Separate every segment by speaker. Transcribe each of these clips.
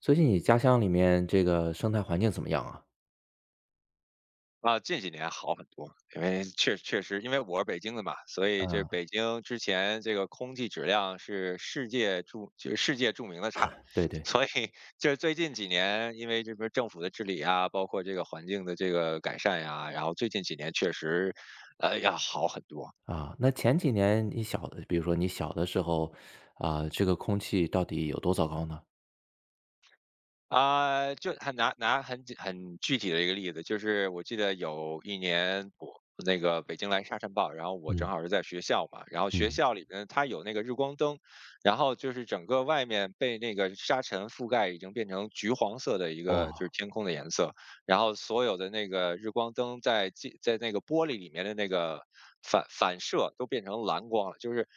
Speaker 1: 最近你家乡里面这个生态环境怎么样啊？
Speaker 2: 啊，近几年好很多，因为我是北京的嘛，所以这
Speaker 1: 嗯，
Speaker 2: 北京之前这个空气质量是世界著名的差。
Speaker 1: 对对，
Speaker 2: 所以就是最近几年，因为这边政府的治理啊，包括这个环境的这个改善呀、然后最近几年确实，要好很多。
Speaker 1: 啊，那前几年你小的比如说你小的时候，啊，这个空气到底有多糟糕呢？
Speaker 2: 啊，就很拿很具体的一个例子，就是我记得有一年我那个北京来沙尘暴，然后我正
Speaker 1: 嗯
Speaker 2: 好是在学校嘛，然后学
Speaker 1: 嗯。
Speaker 2: 校里边它有那个日光灯，然后就是整个外面被那个沙尘覆盖，已经变成橘黄色的一个就是
Speaker 1: 哇，
Speaker 2: 天空的颜色。然后所有的那个日光灯在那个玻璃里面的那个反射都变成蓝光了，就是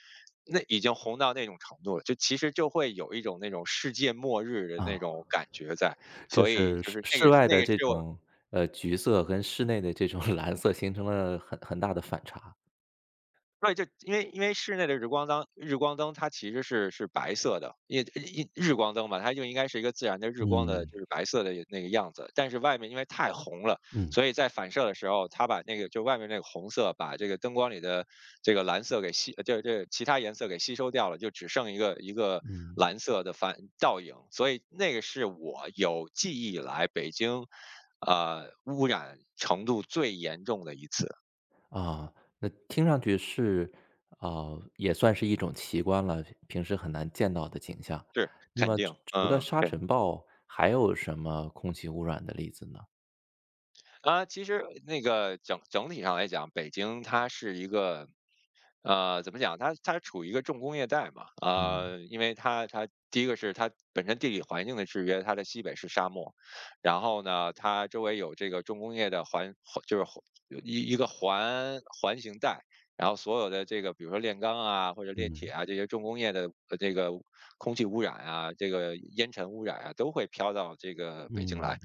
Speaker 2: 那已经红到那种程度了，就其实就会有一种那种世界末日的那
Speaker 1: 啊，
Speaker 2: 种感觉在。
Speaker 1: 就
Speaker 2: 所以
Speaker 1: 是
Speaker 2: 就
Speaker 1: 室
Speaker 2: 是那个
Speaker 1: 室外
Speaker 2: 那
Speaker 1: 的
Speaker 2: 个
Speaker 1: 这
Speaker 2: 是我
Speaker 1: 种，橘色跟室内的这种 蓝色形成了很大的反差。
Speaker 2: 对，就因为室内的日光灯，日光灯它其实是白色的，因为日光灯嘛，它就应该是一个自然的日光的，
Speaker 1: 嗯
Speaker 2: 就是白色的那个样子。但是外面因为太红了，
Speaker 1: 嗯。
Speaker 2: 所以在反射的时候，它把那个就外面那个红色把这个灯光里的这个蓝色给吸，就这这其他颜色给吸收掉了，就只剩一个
Speaker 1: 嗯。
Speaker 2: 蓝色的反倒影。所以那个是我有记忆以来北京，污染程度最严重的一次。
Speaker 1: 啊，那听上去是，啊，也算是一种奇观了，平时很难见到的景象。
Speaker 2: 是
Speaker 1: 那
Speaker 2: 肯
Speaker 1: 么除
Speaker 2: 定。
Speaker 1: 除了
Speaker 2: 嗯。
Speaker 1: 沙尘暴，还有什么空气污染的例子呢？
Speaker 2: 啊，其实那个整体上来讲，北京它是一个，怎么讲？它处于一个重工业带嘛。
Speaker 1: 嗯
Speaker 2: 因为它第一个是它本身地理环境的制约，它的西北是沙漠，然后呢，它周围有这个重工业的环，环就是环一一个环环形带，然后所有的这个比如说炼钢啊或者炼铁
Speaker 1: 嗯
Speaker 2: 啊这些重工业的这个空气污染啊，这个烟尘污染啊，都会飘到这个北京来。
Speaker 1: 嗯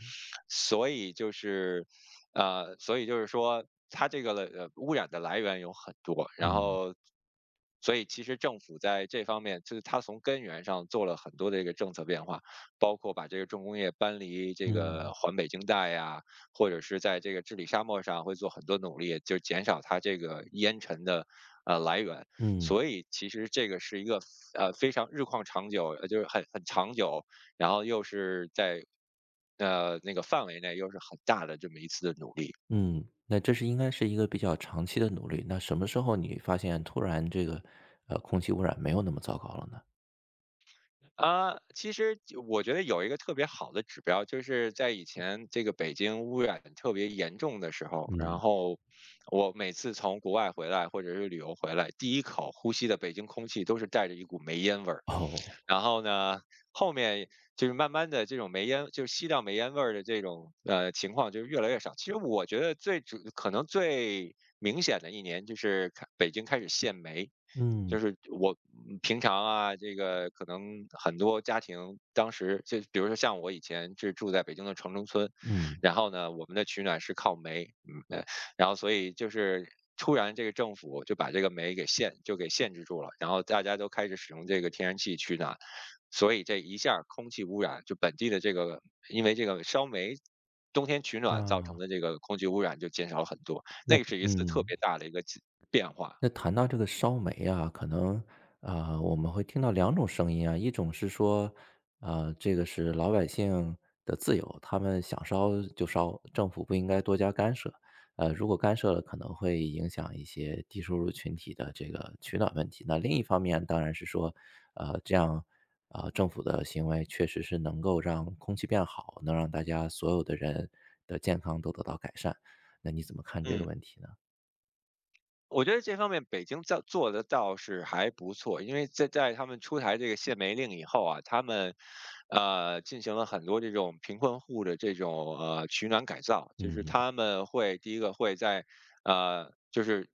Speaker 2: 所以就是所以就是说，它这个的污染的来源有很多。然
Speaker 1: 嗯
Speaker 2: 后，所以其实政府在这方面，就是它从根源上做了很多的这个政策变化，包括把这个重工业搬离这个
Speaker 1: 嗯
Speaker 2: 环北京带呀，或者是在这个治理沙漠上会做很多努力，就减少它这个烟尘的来源。
Speaker 1: 嗯
Speaker 2: 所以其实这个是一个非常日旷长久，就是很长久，然后又是在那个范围内又是很大的这么一次的努力。
Speaker 1: 嗯，那应该是一个比较长期的努力，那什么时候你发现突然这个，空气污染没有那么糟糕了呢？
Speaker 2: 啊、其实我觉得有一个特别好的指标，就是在以前这个北京污染特别严重的时候，然
Speaker 1: 嗯，
Speaker 2: 后我每次从国外回来或者是旅游回来，第一口呼吸的北京空气都是带着一股煤烟味儿。
Speaker 1: 哦，
Speaker 2: 然后呢，后面就是慢慢的这种煤烟就是吸到煤烟味儿的这种，情况就越来越少。其实我觉得可能最明显的一年就是北京开始限煤，就
Speaker 1: 嗯
Speaker 2: 是我平常啊，这个可能很多家庭当时就比如说像我以前是住在北京的城中村，
Speaker 1: 嗯，
Speaker 2: 然后呢，我们的取暖是靠煤。嗯，然后所以就是突然这个政府就把这个煤就给限制住了，然后大家都开始使用这个天然气取暖。所以这一下儿空气污染，就本地的这个，因为这个烧煤，冬天取暖
Speaker 1: 那
Speaker 2: 造成
Speaker 1: 么
Speaker 2: 的这个空气污染就减少了很多，
Speaker 1: 那
Speaker 2: 那个是一次特
Speaker 1: 嗯。
Speaker 2: 别大的一个变化。
Speaker 1: 那谈到这个烧煤啊，可能啊我们会听到两种声音啊，一种是说，啊这个是老百姓的自由，他们想烧就烧，政府不应该多加干涉。如果干涉了，可能会影响一些低收入群体的这个取暖问题。那另一方面当然是说，这样啊、政府的行为确实是能够让空气变好，能让大家所有的人的健康都得到改善。那你怎么看这个
Speaker 2: 嗯。
Speaker 1: 问题呢？
Speaker 2: 我觉得这方面北京做的倒是还不错，因为在他们出台这个限煤令以后啊，他们，进行了很多这种贫困户的这种取暖改造，就是
Speaker 1: 嗯
Speaker 2: 他
Speaker 1: 嗯
Speaker 2: 们会第一个会在，就是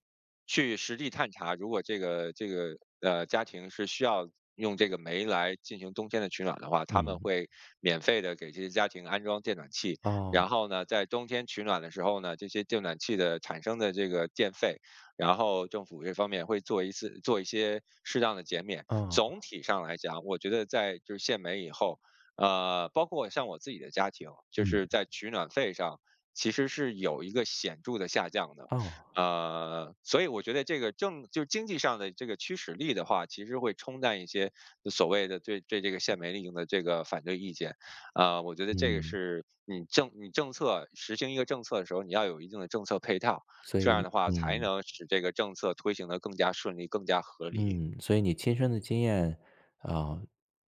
Speaker 2: 去实地探查，如果这个家庭是需要用这个煤来进行冬天的取暖的话，他们
Speaker 1: 嗯
Speaker 2: 会免费的给这些家庭安装电暖器。
Speaker 1: 哦。
Speaker 2: 然后呢，在冬天取暖的时候呢，这些电暖器的产生的这个电费。然后政府这方面会做一些适当的减免。
Speaker 1: 哦，
Speaker 2: 总体上来讲，我觉得在就是限煤以后，包括像我自己的家庭，就是
Speaker 1: 嗯，
Speaker 2: 在取暖费上其实是有一个显著的下降的。
Speaker 1: 哦，
Speaker 2: 所以我觉得这个就经济上的这个驱使力的话，其实会冲淡一些所谓的对这个限煤令的这个反对意见。啊、我觉得这个
Speaker 1: 嗯，
Speaker 2: 是你政策实行一个政策的时候，你要有一定的政策配套。
Speaker 1: 所
Speaker 2: 这
Speaker 1: 以
Speaker 2: 样
Speaker 1: 你
Speaker 2: 的话才
Speaker 1: 嗯，
Speaker 2: 能使这个政策推行的更加顺利、更加合理。
Speaker 1: 嗯，所以你亲身的经验，啊，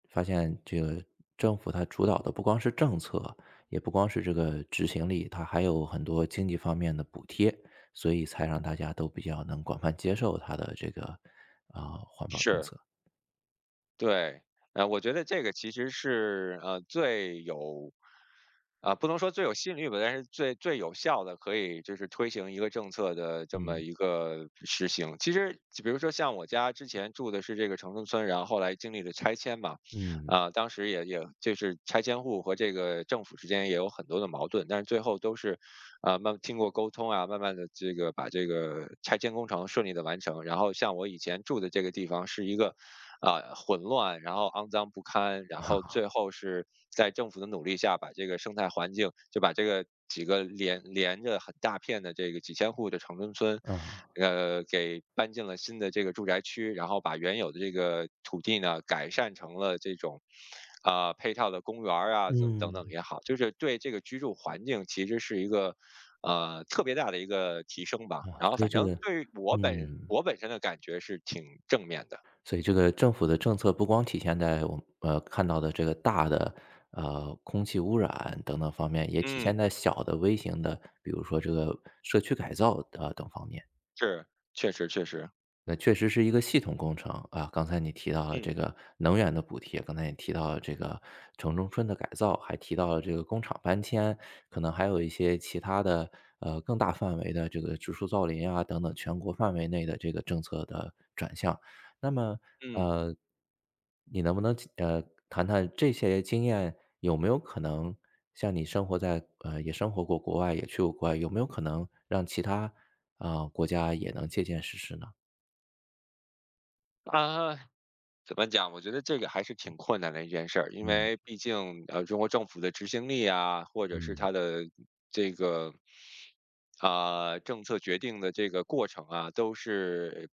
Speaker 1: 发现这个政府它主导的不光是政策，也不光是这个执行力，它还有很多经济方面的补贴，所以才让大家都比较能广泛接受它的这个，啊，环保政
Speaker 2: 是，
Speaker 1: 策。
Speaker 2: 对，我觉得这个其实是，最有啊，不能说最有吸引力吧，但是最有效的可以就是推行一个政策的这么
Speaker 1: 嗯，
Speaker 2: 一个实行。其实，比如说像我家之前住的是这个城中村，然后后来经历了拆迁嘛，
Speaker 1: 嗯，
Speaker 2: 啊，当时也就是拆迁户和这个政府之间也有很多的矛盾，但是最后都是，经过沟通啊，慢慢的这个把这个拆迁工程顺利的完成。然后像我以前住的这个地方是一个混乱，然后肮脏不堪，然后最后是在政府的努力下，把这个生态环境就把这个几个连着很大片的这个几千户的城中村，
Speaker 1: 啊，
Speaker 2: 给搬进了新的这个住宅区，然后把原有的这个土地呢改善成了这种。啊、配套的公园儿啊，等等
Speaker 1: 嗯，
Speaker 2: 等也好，就是对这个居住环境其实是一个特别大的一个提升吧。
Speaker 1: 啊，
Speaker 2: 然后
Speaker 1: 所以
Speaker 2: 反
Speaker 1: 这个
Speaker 2: 正对于
Speaker 1: 嗯。
Speaker 2: 我本身的感觉是挺正面的。
Speaker 1: 所以这个政府的政策不光体现在我们看到的这个大的，空气污染等等方面，也体
Speaker 2: 嗯，
Speaker 1: 现在小的微型的，比如说这个社区改造啊，等方面。
Speaker 2: 是，确实确实，
Speaker 1: 那确实是一个系统工程啊。刚才你提到了
Speaker 2: 嗯
Speaker 1: 这个能源的补贴，刚才也提到了这个城中村的改造，还提到了这个工厂搬迁，可能还有一些其他的更大范围的这个植树造林啊等等全国范围内的这个政策的转向。那么
Speaker 2: 嗯。
Speaker 1: 呃，你能不能谈谈这些经验有没有可能像你生活在呃也生活过国外，也去过国外，有没有可能让其他啊、国家也能借鉴实施呢？
Speaker 2: 啊，怎么讲？我觉得这个还是挺困难的一件事儿，因为毕竟中国政府的执行力啊，或者是
Speaker 1: 嗯
Speaker 2: 它的这个政策决定的这个过程啊，都是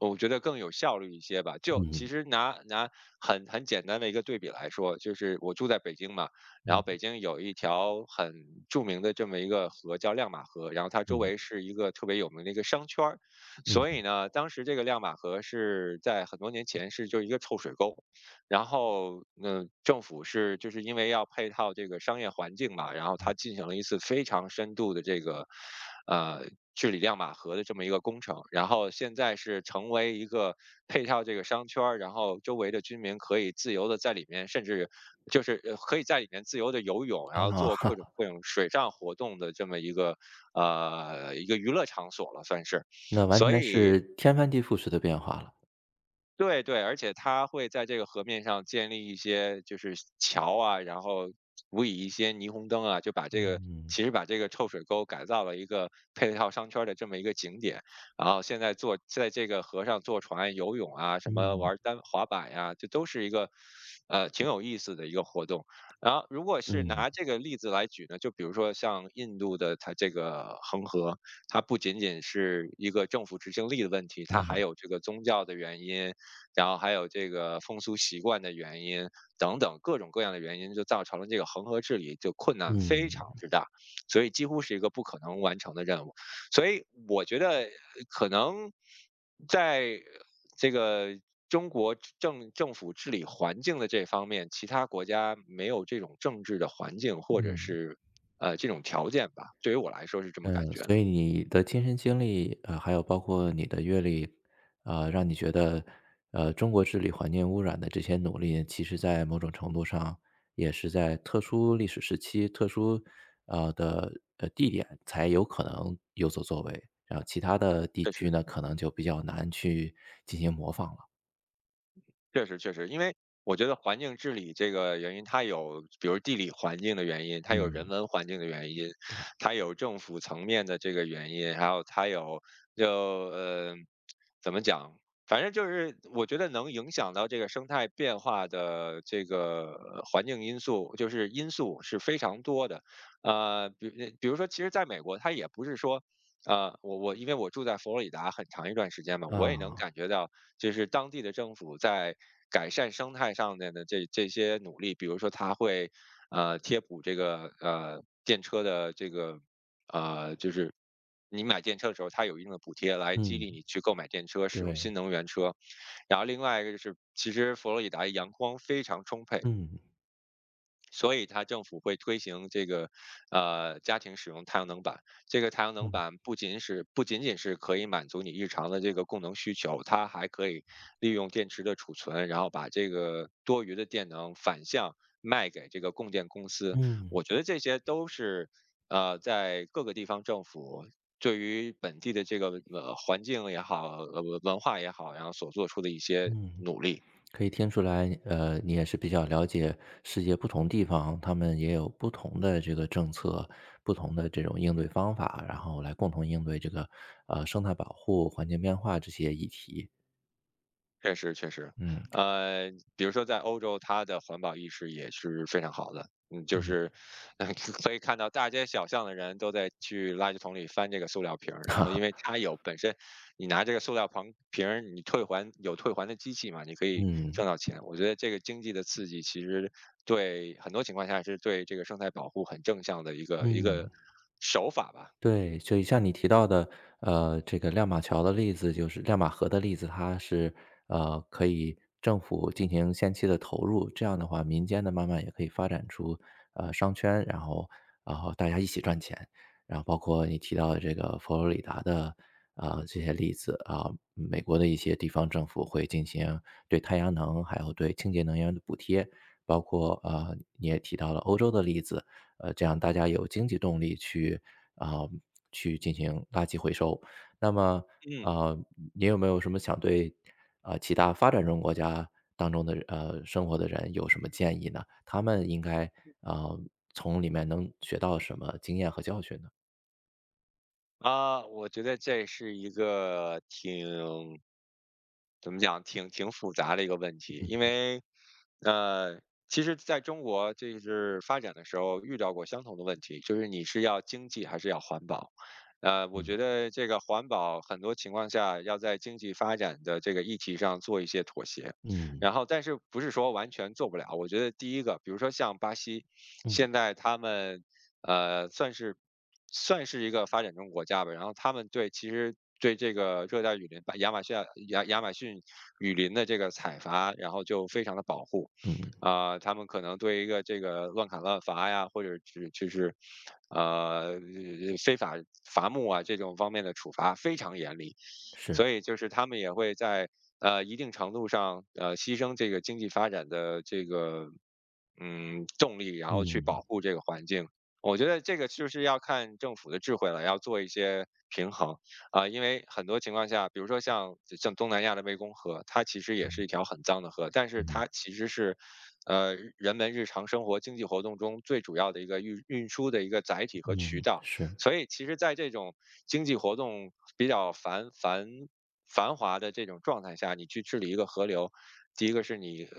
Speaker 2: 我觉得更有效率一些吧。就其
Speaker 1: 嗯
Speaker 2: 实拿很简单的一个对比来说，就是我住在北京嘛，然后北
Speaker 1: 嗯
Speaker 2: 京有一条很著名的这么一个河叫亮马河，然后它周
Speaker 1: 嗯
Speaker 2: 围是一个特别有名的一个商圈儿。
Speaker 1: 嗯，
Speaker 2: 所以呢，当时这个亮马河在很多年前是就一个臭水沟，然后政府就是因为要配套这个商业环境嘛，然后它进行了一次非常深度的这个呃治理亮马河的这么一个工程，然后现在是成为一个配套这个商圈儿，然后周围的居民可以自由的在里面，甚至就是可以在里面自由的游泳，然后做
Speaker 1: 啊，
Speaker 2: 各种水上活动的这么一个娱乐场所了，算是。
Speaker 1: 那完
Speaker 2: 所
Speaker 1: 全
Speaker 2: 以
Speaker 1: 是天翻地覆式的变化了。
Speaker 2: 对对，而且它会在这个河面上建立一些就是桥啊，然后辅以一些霓虹灯啊，就把这个
Speaker 1: 嗯
Speaker 2: 其实把这个臭水沟改造了一个配套商圈儿的这么一个景点。然后现在坐在这个河上坐船、游泳啊，什么
Speaker 1: 嗯
Speaker 2: 玩儿单滑板呀、这都是一个挺有意思的一个活动。然后如果是
Speaker 1: 嗯
Speaker 2: 拿这个例子来举呢，就比如说像印度的它这个恒河，它不仅仅是一个政府执行力的问题，它还有这个宗教的原因，然后还有这个风俗习惯的原因等等各种各样的原因，就造成了这个恒河治理就困难非常
Speaker 1: 嗯
Speaker 2: 之大，所以几乎是一个不可能完成的任务。所以我觉得可能在这个中国政府治理环境的这方面，其他国家没有这种政治的环境或者是这种条件吧。对于我来说是这么感
Speaker 1: 嗯，
Speaker 2: 觉的，
Speaker 1: 所以你的亲身经历，还有包括你的阅历，让你觉得，中国治理环境污染的这些努力，其实在某种程度上也是在特殊历史时期、特殊的地点才有可能有所作为，然后其他的地
Speaker 2: 这
Speaker 1: 区
Speaker 2: 是
Speaker 1: 呢，可能就比较难去进行模仿了。
Speaker 2: 确实确实，因为我觉得环境治理这个原因，它有比如地理环境的原因，它有人
Speaker 1: 嗯，
Speaker 2: 文环境的原因，它有政府层面的这个原因，还有它有就呃怎么讲，反正就是我觉得能影响到这个生态变化的这个环境因素，就是因素是非常多的。呃，比比如说，其实在美国，它也不是说我因为我住在佛罗里达很长一段时间嘛，我也能
Speaker 1: 啊，
Speaker 2: 感觉到，就是当地的政府在改善生态上面的这些努力，比如说他会贴补这个电车的这个呃就是你买电车的时候，它有一定的补贴来激
Speaker 1: 嗯，
Speaker 2: 励你去购买电车，使用
Speaker 1: 对，
Speaker 2: 新能源车。然后另外一个就是，其实佛罗里达阳光非常充沛，
Speaker 1: 嗯，
Speaker 2: 所以它政府会推行这个，家庭使用太阳能板。这个太阳能
Speaker 1: 嗯，
Speaker 2: 板不仅仅是可以满足你日常的这个供能需求，它还可以利用电池的储存，然后把这个多余的电能反向卖给这个供电公司。
Speaker 1: 嗯，
Speaker 2: 我觉得这些都是，在各个地方政府对于本地的这个，环境也好，文化也好，然后所做出的一些
Speaker 1: 嗯，
Speaker 2: 努力。
Speaker 1: 可以听出来，你也是比较了解世界不同地方，他们也有不同的这个政策，不同的这种应对方法，然后来共同应对这个，生态保护、环境变化这些议题。
Speaker 2: 确实确实，
Speaker 1: 嗯，
Speaker 2: 呃，比如说在欧洲，它的环保意识也是非常好的，嗯，就
Speaker 1: 嗯，
Speaker 2: 是，呃 可以看到大街小巷的人都在去垃圾桶里翻这个塑料瓶儿，然
Speaker 1: 哈
Speaker 2: 后因为
Speaker 1: 哈，
Speaker 2: 它有本身，你拿这个塑料瓶瓶儿，你退还有退还的机器嘛，你可 以
Speaker 1: 嗯，
Speaker 2: 挣到钱。我觉得这个经济的刺激其实对很多情况下是对这个生态保护很正向的一个
Speaker 1: 嗯。
Speaker 2: 手法吧。
Speaker 1: 对，所以像你提到的，这个亮马桥的例子，就是亮马河的例子，它是可以政府进行先期的投入，这样的话，民间的慢慢也可以发展出商圈，然后大家一起赚钱，然后包括你提到的这个佛罗里达的啊这些例子啊，美国的一些地方政府会进行对太阳能还有对清洁能源的补贴，包括你也提到了欧洲的例子，这样大家有经济动力去啊、去进行垃圾回收。那么，
Speaker 2: 嗯。
Speaker 1: 呃，你有没有什么想对其他发展中国家当中的生活的人有什么建议呢？他们应该啊，从里面能学到什么经验和教训呢？
Speaker 2: 我觉得这是一个挺怎么讲，挺复杂的一个问题。因为，呃，其实在中国就是发展的时候遇到过相同的问题，就是你是要经济还是要环保？我觉
Speaker 1: 嗯
Speaker 2: 得这个环保很多情况下要在经济发展的这个议题上做一些妥协，
Speaker 1: 嗯
Speaker 2: 然后但是不是说完全做不了？我觉得第一个，比如说像巴西，
Speaker 1: 嗯
Speaker 2: 现在他们算是算是一个发展中国家吧。然后他们对其实对这个热带雨林，把亚马逊雨林的这个采伐，然后就非常的保护。
Speaker 1: 嗯，
Speaker 2: 啊、他们可能对一个这个乱砍乱伐呀，或者只就是呃非法伐木啊这种方面的处罚非常严厉，
Speaker 1: 是，
Speaker 2: 所以就是他们也会在一定程度上牺牲这个经济发展的这个嗯动力，然后去保
Speaker 1: 嗯
Speaker 2: 护这个环境，我觉得这个就是要看政府的智慧了，要做一些平衡啊、因为很多情况下，比如说像东南亚的湄公河，它其实也是一条很脏的河，但是
Speaker 1: 嗯
Speaker 2: 它其实是，人们日常生活经济活动中最主要的一个运输的一个载体和渠
Speaker 1: 嗯，
Speaker 2: 道。
Speaker 1: 是，
Speaker 2: 所以其实在这种经济活动比较繁繁繁华的这种状态下，你去治理一个河流，第一个是你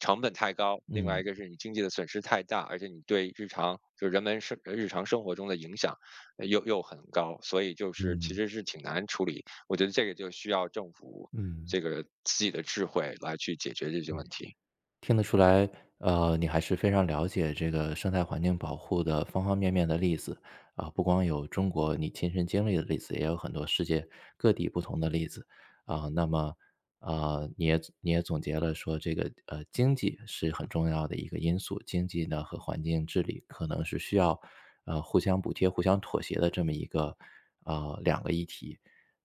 Speaker 2: 成本太高，另外一
Speaker 1: 嗯
Speaker 2: 个是你经济的损失太大，而且你对日常就人们生日常生活中的影响呃又很高，所以就是其
Speaker 1: 嗯
Speaker 2: 实是挺难处理。我觉得这个就需要政府
Speaker 1: 嗯，
Speaker 2: 这个自己的智慧来去解决这些
Speaker 1: 对。
Speaker 2: 问题。
Speaker 1: 听得出来，你还是非常了解这个生态环境保护的方方面面的例子啊，不光有中国你亲身经历的例子，也有很多世界各地不同的例子啊。那么，你也总结了说，这个经济是很重要的一个因素，经济呢和环境治理可能是需要互相补贴、互相妥协的这么一个两个议题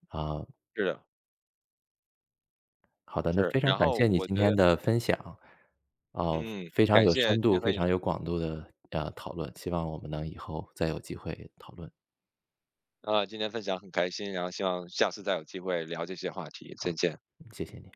Speaker 1: 啊。
Speaker 2: 是的，
Speaker 1: 好的，那
Speaker 2: 是。
Speaker 1: 非常
Speaker 2: 然
Speaker 1: 感
Speaker 2: 后
Speaker 1: 谢你
Speaker 2: 我
Speaker 1: 今
Speaker 2: 觉
Speaker 1: 天
Speaker 2: 得，
Speaker 1: 的分享，哦，
Speaker 2: 嗯，
Speaker 1: 非常
Speaker 2: 感
Speaker 1: 有
Speaker 2: 谢
Speaker 1: 深
Speaker 2: 今
Speaker 1: 度、
Speaker 2: 天和
Speaker 1: 非
Speaker 2: 你
Speaker 1: 常
Speaker 2: 聊。
Speaker 1: 有广度的，讨论，希望我们能以后再有机会讨论，
Speaker 2: 啊，今天分享很开心，然后希望下次再有机会聊这些话题，
Speaker 1: 好，
Speaker 2: 再见。
Speaker 1: 谢谢你。